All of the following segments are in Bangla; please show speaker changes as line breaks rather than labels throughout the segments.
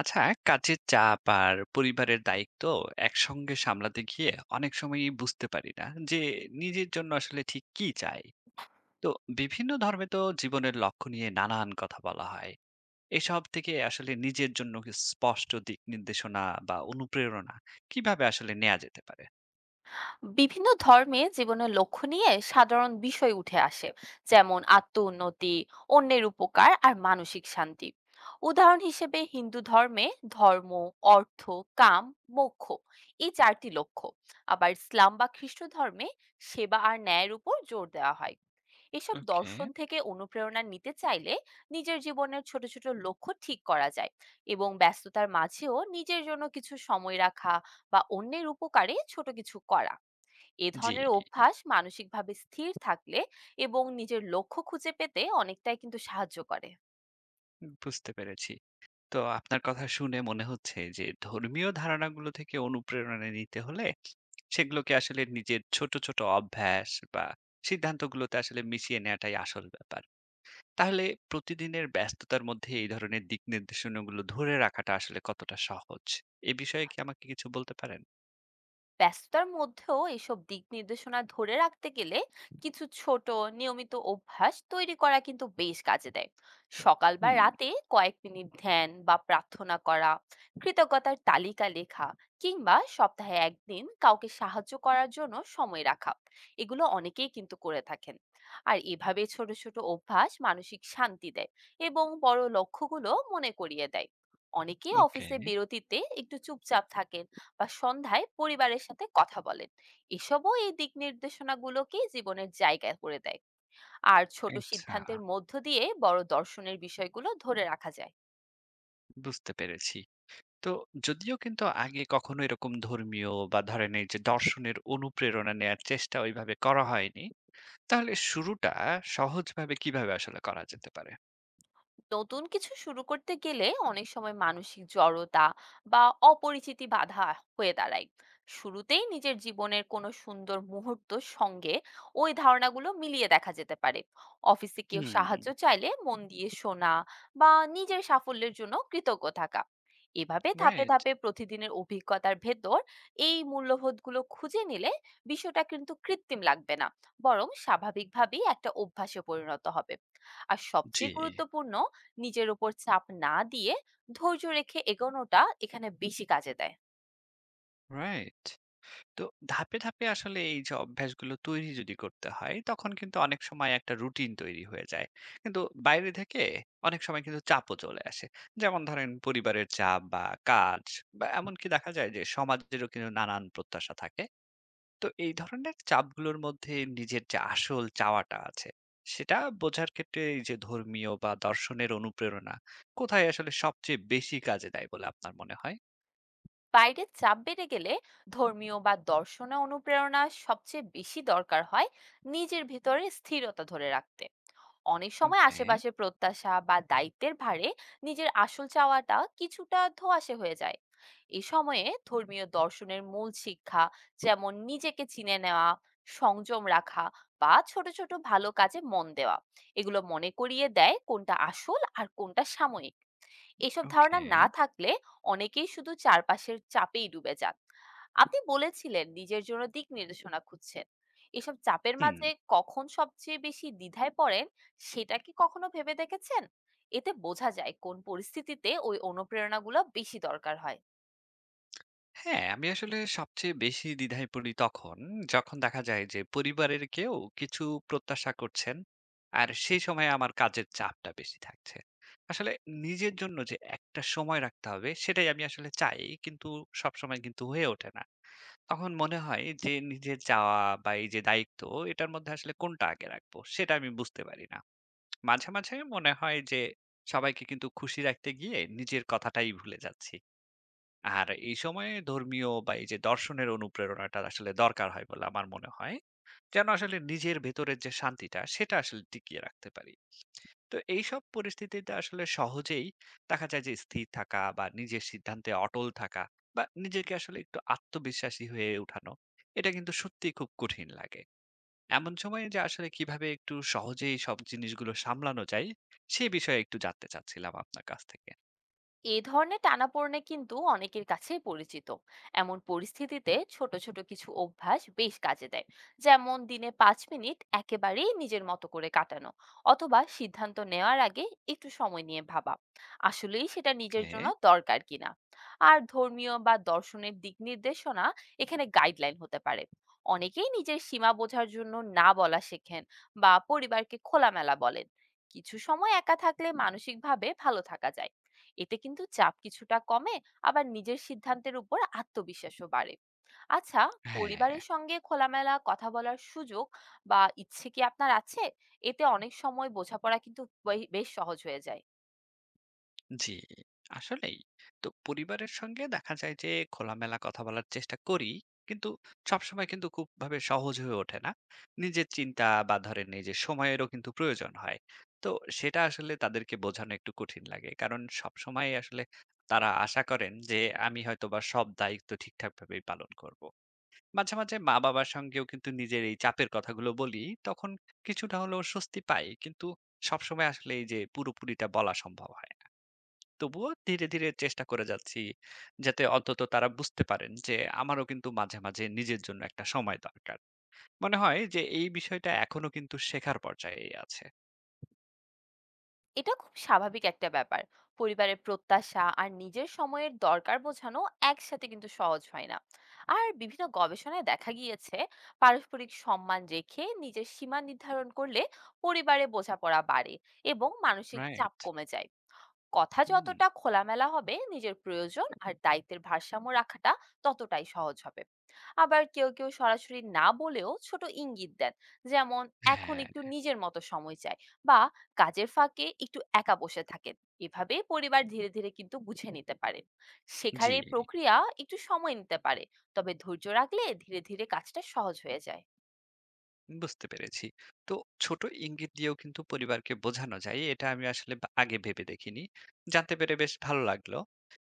আচ্ছা, কাজের চাপ আর পরিবারের দায়িত্ব একসঙ্গে সামলাতে গিয়ে অনেক সময়ই বুঝতে পারি না যে নিজের জন্য আসলে ঠিক কি চাই। তো বিভিন্ন ধর্মে তো জীবনের লক্ষ্য নিয়ে নানান কথা বলা হয়, এসব থেকে আসলে নিজের জন্য কি স্পষ্ট দিক নির্দেশনা বা অনুপ্রেরণা কিভাবে আসলে নেওয়া যেতে পারে?
বিভিন্ন ধর্মে জীবনের লক্ষ্য নিয়ে সাধারণ বিষয় উঠে আসে, যেমন আত্ম উন্নতি, অন্যের উপকার আর মানসিক শান্তি। উদাহরণ হিসেবে হিন্দু ধর্মে ধর্ম, অর্থ, কাম, মোক্ষ এই চারটি লক্ষ্য। আবার ইসলাম বা খ্রিস্ট ধর্মে সেবা আর ন্যায়ের উপর জোর দেওয়া হয়। এসব
ওকে।
দর্শন থেকে অনুপ্রেরণা নিতে চাইলে নিজের জীবনের ছোট ছোট লক্ষ্য ঠিক করা যায়, এবং ব্যস্ততার মাঝেও নিজের জন্য কিছু সময় রাখা বা অন্যের উপকারে ছোট কিছু করা, এ
জি।
ধরনের অভ্যাস মানসিকভাবে স্থির থাকলে এবং নিজের লক্ষ্য খুঁজে পেতে অনেকটাই কিন্তু সাহায্য করে।
বুঝতে পেরেছি। তো আপনার কথা শুনে মনে হচ্ছে যে ধর্মীয় ধারণাগুলো থেকে অনুপ্রেরণা নিতে হলে সেগুলোকে আসলে নিজের ছোট ছোট অভ্যাস বা সিদ্ধান্তগুলোতে আসলে মিশিয়ে নেওয়াটাই আসল ব্যাপার। তাহলে প্রতিদিনের ব্যস্ততার মধ্যে এই ধরনের দিক নির্দেশনাগুলো ধরে রাখাটা আসলে কতটা সহজ, এ বিষয়ে কি আমাকে কিছু বলতে পারেন?
ব্যস্ততার মধ্যেও এইসব দিক নির্দেশনা ধরে রাখতে গেলে কিছু ছোট, নিয়মিত অভ্যাস তৈরি করা কিন্তু বেশ কাজে দেয়। সকাল বা
হুম।
রাতে কয়েক মিনিট ধ্যান বা প্রার্থনা করা, কৃতজ্ঞতার তালিকা লেখা, কিংবা সপ্তাহে একদিন কাউকে সাহায্য করার জন্য সময় রাখা, এগুলো অনেকেই কিন্তু করে থাকেন। আর এভাবে ছোট ছোট অভ্যাস মানসিক শান্তি দেয় এবং বড় লক্ষ্যগুলো মনে করিয়ে দেয়। অনেকে
ওকে।
অফিসে বিরতিতে একটু চুপচাপ থাকেন বা সন্ধ্যায় পরিবারের সাথে কথা বলেন। এসবও এই দিক নির্দেশনাগুলোকে জীবনের জায়গা করে দেয়, আর ছোট
আচ্ছা,
সিদ্ধান্তের মধ্য দিয়ে বড় দর্শনের বিষয়গুলো ধরে রাখা যায়।
বুঝতে পেরেছি। তো যদিও কিন্তু আগে কখনো এরকম ধর্মীয় বা ধরেন এই যে দর্শনের অনুপ্রেরণা নেয়ার চেষ্টা ওইভাবে করা হয়নি, তাহলে শুরুটা সহজভাবে কিভাবে আসলে করা যেতে পারে?
নতুন কিছু শুরু করতে গেলে অনেক সময় মানসিক জড়তা বা অপরিচিতি বাধা হয়ে দাঁড়ায়। শুরুতেই নিজের জীবনের কোনো সুন্দর মুহূর্ত সঙ্গে ওই ধারণাগুলো মিলিয়ে দেখা যেতে পারে। অফিসে কেউ
হুম।
সাহায্য চাইলে মন দিয়ে শোনা বা নিজের সাফল্যের জন্য কৃতজ্ঞ থাকা, এভাবে ধাপে
রাইট।
ধাপে প্রতিদিনের অভিজ্ঞতার ভেতর এই মূল্যবোধগুলো খুঁজে নিলে বিষয়টা কিন্তু কৃত্রিম লাগবে না, বরং স্বাভাবিকভাবেই একটা অভ্যাসে পরিণত হবে। আর
জি।
সবচেয়ে গুরুত্বপূর্ণ, নিজের উপর চাপ না দিয়ে ধৈর্য রেখে এগোনোটা এখানে বেশি কাজে দেয়।
রাইট। তো ধাপে, ধাপে আসলে এই যে অভ্যাসগুলো তৈরি যদি করতে হয়, তখন কিন্তু অনেক সময় একটা রুটিন তৈরি হয়ে যায়। কিন্তু বাইরে থেকে অনেক সময় কিন্তু চাপও চলে আসে। যেমন ধরেন পরিবারের চাপ বা কাজ বা এমনকি দেখা যায় যে সমাজেরও কিন্তু নানান প্রত্যাশা থাকে। তো এই ধরনের চাপগুলোর মধ্যে নিজের যে আসল চাওয়াটা আছে সেটা বোঝার ক্ষেত্রে এই যে ধর্মীয় বা দর্শনের অনুপ্রেরণা কোথায় আসলে সবচেয়ে বেশি কাজে দেয় বলে আপনার মনে হয়?
বাইরের চাপ বেড়ে গেলে ধর্মীয় বা দর্শনে অনুপ্রেরণা সবচেয়ে বেশি দরকার হয়, নিজের ভেতরে স্থিরতা ধরে রাখতে। অনেক সময়
ওকে।
আশেপাশের প্রত্যাশা বা দায়িত্বের ভারে নিজের আসল চাওয়াটা কিছুটা ধোঁয়াশে হয়ে যায়। এ সময়ে ধর্মীয় দর্শনের মূল শিক্ষা, যেমন নিজেকে চিনে নেওয়া, সংযম রাখা, বা ছোট ছোট ভালো কাজে মন দেওয়া, এগুলো মনে করিয়ে দেয় কোনটা আসল আর কোনটা সাময়িক। এসব ধারণা
ওকে।
না থাকলে অনেকেই শুধু চারপাশের চাপেই ডুবে যান। আপনি বলেছিলেন নিজের জন্য দিক নির্দেশনা খুঁজছেন। এসব চাপের
হুম।
মাঝে কখন সবচেয়ে বেশি দ্বিধায় পড়েন, সেটা কি কখনো ভেবে দেখেছেন? এতে বোঝা যায় কোন পরিস্থিতিতে ওই অনুপ্রেরণাগুলো বেশি দরকার হয়।
হ্যাঁ, আমি আসলে সবচেয়ে বেশি দ্বিধায় পড়ি তখন, যখন দেখা যায় যে পরিবারের কেউ কিছু প্রত্যাশা করছেন আর সেই সময় আমার কাজের চাপটা বেশি থাকছে। আসলে নিজের জন্য যে একটা সময় রাখতে হবে সেটাই আমি আসলে চাই, কিন্তু সব সময় কিন্তু হয়ে ওঠে না। তখন মনে হয় যে নিজের চাওয়া বা এই যে দায়িত্ব, এটার মধ্যে আসলে কোনটা আগে রাখবো সেটা আমি বুঝতে পারি না। মাঝে মাঝে মনে হয় যে সবাইকে কিন্তু খুশি রাখতে গিয়ে নিজের কথাটাই ভুলে যাচ্ছি। আর এই সময়ে ধর্মীয় বা এই যে দর্শনের অনুপ্রেরণাটা আসলে দরকার হয় বলে আমার মনে হয়, যেন আসলে নিজের ভেতরের যে শান্তিটা সেটা আসলে টিকিয়ে রাখতে পারি। তো এইসব পরিস্থিতিতে আসলে সহজেই দেখা যায় যে স্থির থাকা বা নিজের সিদ্ধান্তে অটল থাকা বা নিজেকে আসলে একটু আত্মবিশ্বাসী হয়ে উঠানো, এটা কিন্তু সত্যি খুব কঠিন লাগে। এমন সময়ে যে আসলে কিভাবে একটু সহজেই সব জিনিসগুলো সামলানো যায়, সে বিষয়ে একটু জানতে চাচ্ছিলাম আপনার কাছ থেকে।
এই ধরনের টানাপোড়েনে কিন্তু অনেকের কাছেই পরিচিত। এমন পরিস্থিতিতে ছোট ছোট কিছু অভ্যাস বেশ কাজে দেয়। যেমন দিনে 5 মিনিট একেবারেই নিজের মতো করে কাটানো, অথবা সিদ্ধান্ত নেওয়ার আগে একটু সময় নিয়ে ভাবা আসলেই সেটা নিজের
ওকে।
জন্য দরকার কিনা। আর ধর্মীয় বা দর্শনের দিক নির্দেশনা এখানে গাইডলাইন হতে পারে। অনেকেই নিজের সীমা বোঝার জন্য না বলা শেখেন, বা পরিবারকে খোলামেলা বলেন। কিছু সময় একা থাকলে মানসিকভাবে ভালো থাকা যায়, এতে কিন্তু চাপ কিছুটা কমে, আবার নিজের সিদ্ধান্তের উপর আত্মবিশ্বাসও বাড়ে। আচ্ছা,
হ্যাঁ।
পরিবারের সঙ্গে খোলামেলা কথা বলার সুযোগ বা ইচ্ছে কি আপনার আছে? এতে অনেক সময় বোঝাপড়া কিন্তু বেশ সহজ হয়ে যায়।
জি, আসলেই। তো পরিবারের সঙ্গে দেখা যায় যে খোলামেলা কথা বলার চেষ্টা করি, কিন্তু সবসময় কিন্তু খুব ভাবে সহজ হয়ে ওঠে না। নিজের চিন্তা বা ধরেন এই যে সময়েরও কিন্তু প্রয়োজন হয়। তো সেটা আসলে তাদেরকে বোঝানো একটু কঠিন লাগে। কারণ সবসময় আসলে তারা আশা করেন যে আমি হয়তোবা সব দায়িত্ব ঠিকঠাক ভাবেই পালন করব। মাঝে, মাঝে মা-বাবার সঙ্গেও কিন্তু নিজের এই চাপের কথাগুলো বলি, তখন কিছুটা হলেও স্বস্তি পাই। কিন্তু সবসময় আসলে এই যে পুরোপুরিটা বলা সম্ভব হয় না। তবুও ধীরে, ধীরে চেষ্টা করে যাচ্ছি যাতে অন্তত তারা বুঝতে পারেন যে আমারও কিন্তু মাঝে, মাঝে নিজের জন্য একটা সময় দরকার। মনে হয় যে এই বিষয়টা এখনো কিন্তু শেখার পর্যায়েই আছে।
এটা খুব স্বাভাবিক একটা ব্যাপার, পরিবারের প্রত্যাশা আর নিজের সময়ের দরকার বোঝানো একসাথে কিন্তু সহজ হয় না। আর বিভিন্ন গবেষণায় দেখা গিয়েছে পারস্পরিক সম্মান রেখে নিজের সীমা নির্ধারণ করলে পরিবারে বোঝাপড়া বাড়ে এবং মানসিক চাপ
রাইট?
কমে যায়। কথা
হুম।
যতটা খোলামেলা হবে নিজের প্রয়োজন আর দায়িত্বের ভারসাম্য রাখাটা ততটাই সহজ হবে। আবার কেউ কেউ সরাসরি না বলেও ছোট ইঙ্গিত দেন, যেমন এখন
হ্যাঁ।
একটু নিজের মতো সময় চাই, বা কাজের ফাঁকে একটু একা বসে থাকেন। এভাবে পরিবার ধীরে ধীরে কিন্তু বুঝে নিতে পারে। শেখার
জি।
এই প্রক্রিয়া একটু সময় নিতে পারে, তবে ধৈর্য রাখলে ধীরে ধীরে কাজটা সহজ হয়ে যায়।
বুঝতে পেরেছি। তো ছোট ইঙ্গিত দিয়েও কিন্তু পরিবারকে বোঝানো যায়, এটা আমি আসলে বা আগে ভেবে দেখিনি। জানতে পেরে বেশ ভালো লাগলো।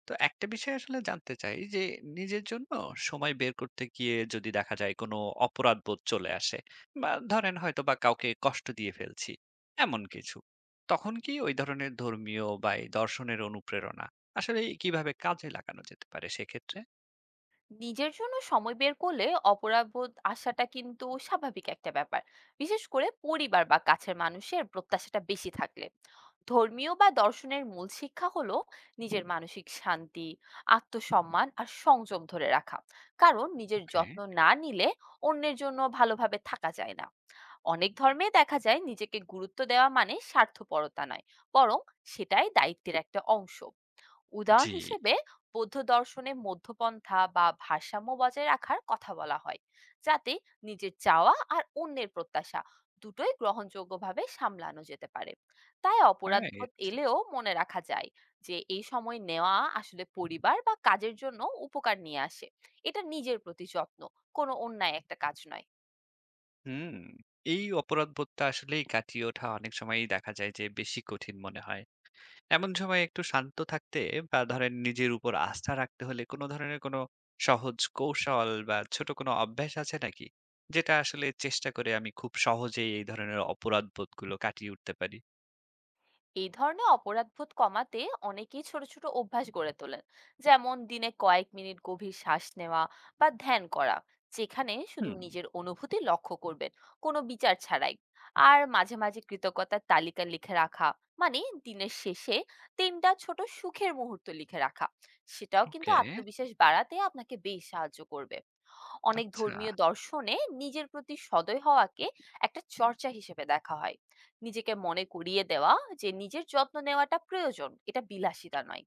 তো একটা বিষয় আসলে জানতে চাই যে নিজের জন্য সময় বের করতে গিয়ে যদি দেখা যায় কোনো অপরাধবোধ চলে আসে বা ধরেন হয়তো বা কাউকে কষ্ট দিয়ে ফেলছি, এমন কিছু। তখন কি ওই ধরনের ধর্মীয় বা এই দর্শনের অনুপ্রেরণা আসলে কিভাবে কাজে লাগানো যেতে পারে সেক্ষেত্রে?
নিজের জন্য সময় বের করলে অপরাধবোধ আসাটা কিন্তু স্বাভাবিক একটা ব্যাপার, বিশেষ করে পরিবার বা কাছের মানুষের প্রত্যাশাটা বেশি থাকলে। ধর্মীয় বা দর্শনের মূল শিক্ষা হলো নিজের মানসিক শান্তি, আত্মসম্মান আর সংযম ধরে রাখা, কারণ নিজের
ওকে।
যত্ন না নিলে অন্যের জন্য ভালোভাবে থাকা যায় না। অনেক ধর্মে দেখা যায় নিজেকে গুরুত্ব দেওয়া মানে স্বার্থপরতা নয়, বরং সেটাই দায়িত্বের একটা অংশ। উদাহরণ
জি।
হিসেবে বৌদ্ধ দর্শনে মধ্যপন্থা বা ভারসাম্য বজায় রাখার কথা বলা হয়, যাতে নিজের চাওয়া আর অন্যের প্রত্যাশা দুটোই গ্রহণযোগ্যভাবে সামলানো যেতে পারে। তাই অপরাধবোধ
রাইট।
এলেও মনে রাখা যায় যে এই সময় নেওয়া আসলে পরিবার বা কাজের জন্য উপকার নিয়ে আসে, এটা নিজের প্রতি যত্ন, কোনো অন্যায় একটা কাজ নয়।
হুম। এই অপরাধবোধটা আসলেই কাটিয়ে ওঠা অনেক সময়ই দেখা যায় যে বেশি কঠিন মনে হয়। এমন সময় একটু শান্ত থাকতে বা ধরেন নিজের উপর আস্থা রাখতে হলে কোনো ধরনের কোনো সহজ কৌশল বা ছোট কোনো অভ্যাস আছে নাকি, যেটা আসলে চেষ্টা করে আমি খুব সহজেই এই ধরনের অপরাধবোধ গুলো কাটিয়ে উঠতে পারি?
এই ধরনের অপরাধবোধ কমাতে অনেকেই ছোট ছোট অভ্যাস গড়ে তোলেন, যেমন দিনে কয়েক মিনিট গভীর শ্বাস নেওয়া বা ধ্যান করা, যেখানে শুধু
হুম।
নিজের অনুভূতি লক্ষ্য করবেন কোনো বিচার ছাড়াই। আর মাঝে মাঝে কৃতজ্ঞতার তালিকা লিখে রাখা, মানে দিনের শেষে তিনটা ছোট সুখের মুহূর্ত লিখে রাখা, সেটাও কিন্তু
ওকে।
আত্মবিশ্বাস বাড়াতে আপনাকে বেশ সাহায্য করবে। অনেক
আচ্ছা।
ধর্মীয় দর্শনে নিজের প্রতি সদয় হওয়াকে একটা চর্চা হিসেবে দেখা হয়, নিজেকে মনে করিয়ে দেওয়া যে নিজের যত্ন নেওয়াটা প্রয়োজন, এটা বিলাসিতা নয়।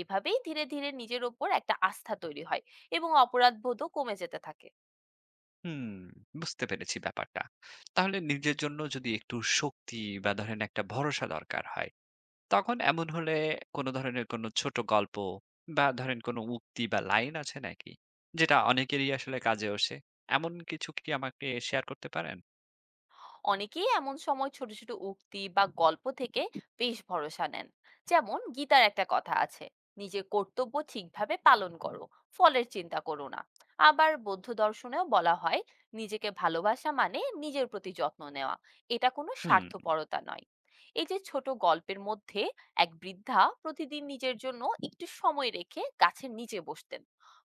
এভাবেই ধীরে ধীরে নিজের ওপর একটা আস্থা তৈরি হয় এবং অপরাধবোধও কমে যেতে থাকে।
হুম, বুঝতে পেরেছি ব্যাপারটা। তাহলে নিজের জন্য যদি একটু শক্তি বা ধরেন একটা ভরসা দরকার হয়, তখন এমন হলে কোনো ধরনের কোনো ছোট গল্প বা ধরেন কোনো উক্তি বা লাইন আছে নাকি, যেটা অনেকেরই আসলে কাজে ওসে? এমন কিছু কি আমাকে শেয়ার করতে পারেন?
অনেকেই এমন সময় ছোট ছোট উক্তি বা গল্প থেকে বেশ ভরসা নেন, যেমন গীতার একটা কথা আছে, নিজের কর্তব্য ঠিকভাবে পালন করো, ফলের চিন্তা করো না। আবার বৌদ্ধ দর্শনেও বলা হয় নিজেকে ভালোবাসা মানে নিজের প্রতি যত্ন নেওয়া, এটা কোনো
হুম।
স্বার্থপরতা নয়। এই যে ছোট গল্পের মধ্যে এক বৃদ্ধা প্রতিদিন নিজের জন্য একটু সময় রেখে গাছের নিচে বসতেন,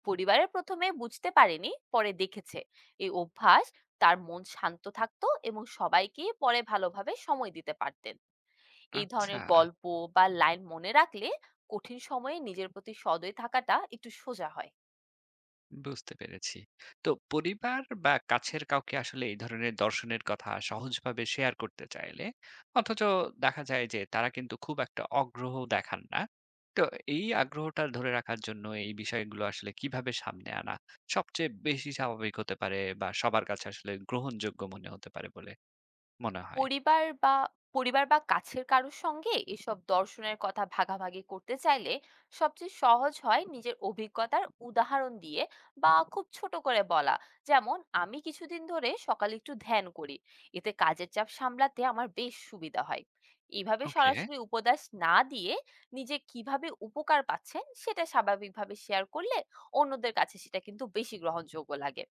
পরিবারের প্রথমে বুঝতে পারেনি, পরে দেখেছে এই অভ্যাস, তার মন শান্ত থাকতো এবং সবাইকে পরে ভালোভাবে সময় দিতে পারতেন। এই
আচ্ছা।
ধরনের গল্প বা লাইন মনে রাখলে কঠিন সময়ে নিজের প্রতি সদয় থাকাটা একটু সোজা হয়।
বুঝতে পেরেছি। তো পরিবার বা কাছের কাউকে আসলে এই ধরনের দর্শনের কথা সহজভাবে শেয়ার করতে চাইলে, অথচ দেখা যায় যে তারা কিন্তু খুব একটা আগ্রহ দেখান না। তো এই আগ্রহটা ধরে রাখার জন্য এই বিষয়গুলো আসলে কিভাবে সামনে আনা সবচেয়ে বেশি স্বাভাবিক হতে পারে বা সবার কাছে আসলে গ্রহণযোগ্য মনে হতে পারে বলে মনে হয়?
পরিবার বা পরিবার বা কাছের কারোর সঙ্গে এসব দর্শনের কথা ভাগাভাগি করতে চাইলে সবচেয়ে সহজ হয় নিজের অভিজ্ঞতার উদাহরণ দিয়ে বা খুব ছোট করে বলা, যেমন আমি কিছুদিন ধরে সকালে একটু ধ্যান করি, এতে কাজের চাপ সামলাতে আমার বেশ সুবিধা হয়। এইভাবে
ওকে।
সরাসরি উপদেশ না দিয়ে নিজে কিভাবে উপকার পাচ্ছেন সেটা স্বাভাবিকভাবে শেয়ার করলে অন্যদের কাছে সেটা কিন্তু বেশি গ্রহণযোগ্য লাগে।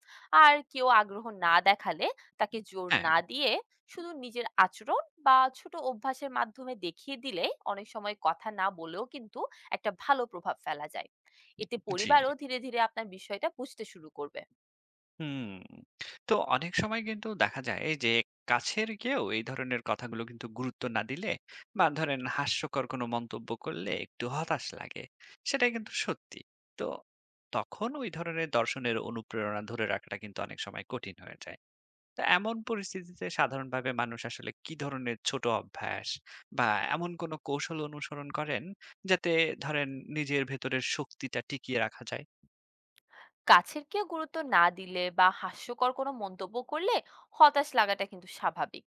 আর কেউ আগ্রহ না দেখালে তাকে জোর
হ্যাঁ।
না দিয়ে শুধু নিজের আচরণ বা ছোট অভ্যাসের মাধ্যমে দেখিয়ে দিলে অনেক সময় কথা না বলেও কিন্তু একটা ভালো প্রভাব ফেলা যায়। এতে
জি।
পরিবারও ধীরে ধীরে আপনার বিষয়টা বুঝতে শুরু করবে।
হুম। তো অনেক সময় কিন্তু দেখা যায় যে কাছের কেউ এই ধরনের কথাগুলো কিন্তু গুরুত্ব না দিলে বা ধরেন হাস্যকর কোনো মন্তব্য করলে একটু হতাশ লাগে, সেটা কিন্তু সত্যি। তো তখন ওই ধরনের দর্শনের অনুপ্রেরণা ধরে রাখাটা কিন্তু অনেক সময় কঠিন হয়ে যায়। তো এমন পরিস্থিতিতে সাধারণভাবে মানুষ আসলে কি ধরনের ছোট অভ্যাস বা এমন কোনো কৌশল অনুসরণ করেন যাতে ধরেন নিজের ভেতরের শক্তিটা টিকিয়ে রাখা যায়?
কাছের কেউ গুরুত্ব না দিলে বা হাস্যকর কোনো মন্তব্য করলে হতাশ লাগাটা কিন্তু স্বাভাবিক।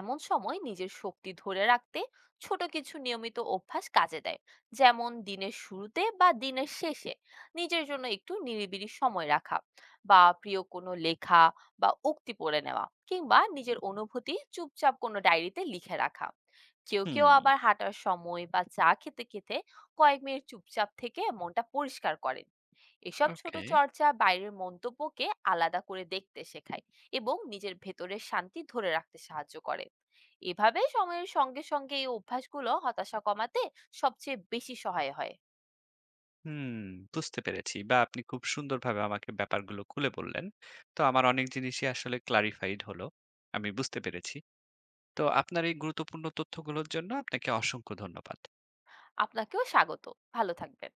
এমন সময় নিজের শক্তি ধরে রাখতে ছোট কিছু নিয়মিত অভ্যাস কাজে দেয়, যেমন দিনের শুরুতে বা দিনের শেষে নিজের জন্য একটু নিরিবিলি সময় রাখা, বা প্রিয় কোনো লেখা বা উক্তি পড়ে নেওয়া, কিংবা নিজের অনুভূতি চুপচাপ কোনো ডায়েরিতে লিখে রাখা। কেউ কেউ
হুম।
আবার হাঁটার সময় বা চা খেতে খেতে কয়েক মিনিট চুপচাপ থেকে মনটা পরিষ্কার করে। এসব ছোট
ওকে।
চর্চা বাইরের মন্তব্যকে আলাদা করে দেখতে শেখায় এবং নিজের ভেতরের শান্তি ধরে রাখতে সাহায্য করে। এভাবে সময়ের সঙ্গে সঙ্গে এই অভ্যাসগুলো হতাশা কমাতে সবচেয়ে বেশি সহায় হয়।
হুম, বুঝতে পেরেছি। বা আপনি খুব সুন্দরভাবে আমাকে ব্যাপারগুলো খুলে বললেন। তো আমার অনেক জিনিসই আসলে clarified হলো। আমি বুঝতে পেরেছি। তো আপনার এই গুরুত্বপূর্ণ তথ্যগুলোর জন্য আপনাকে অসংখ্য ধন্যবাদ।
আপনাকেও স্বাগত, ভালো থাকবেন।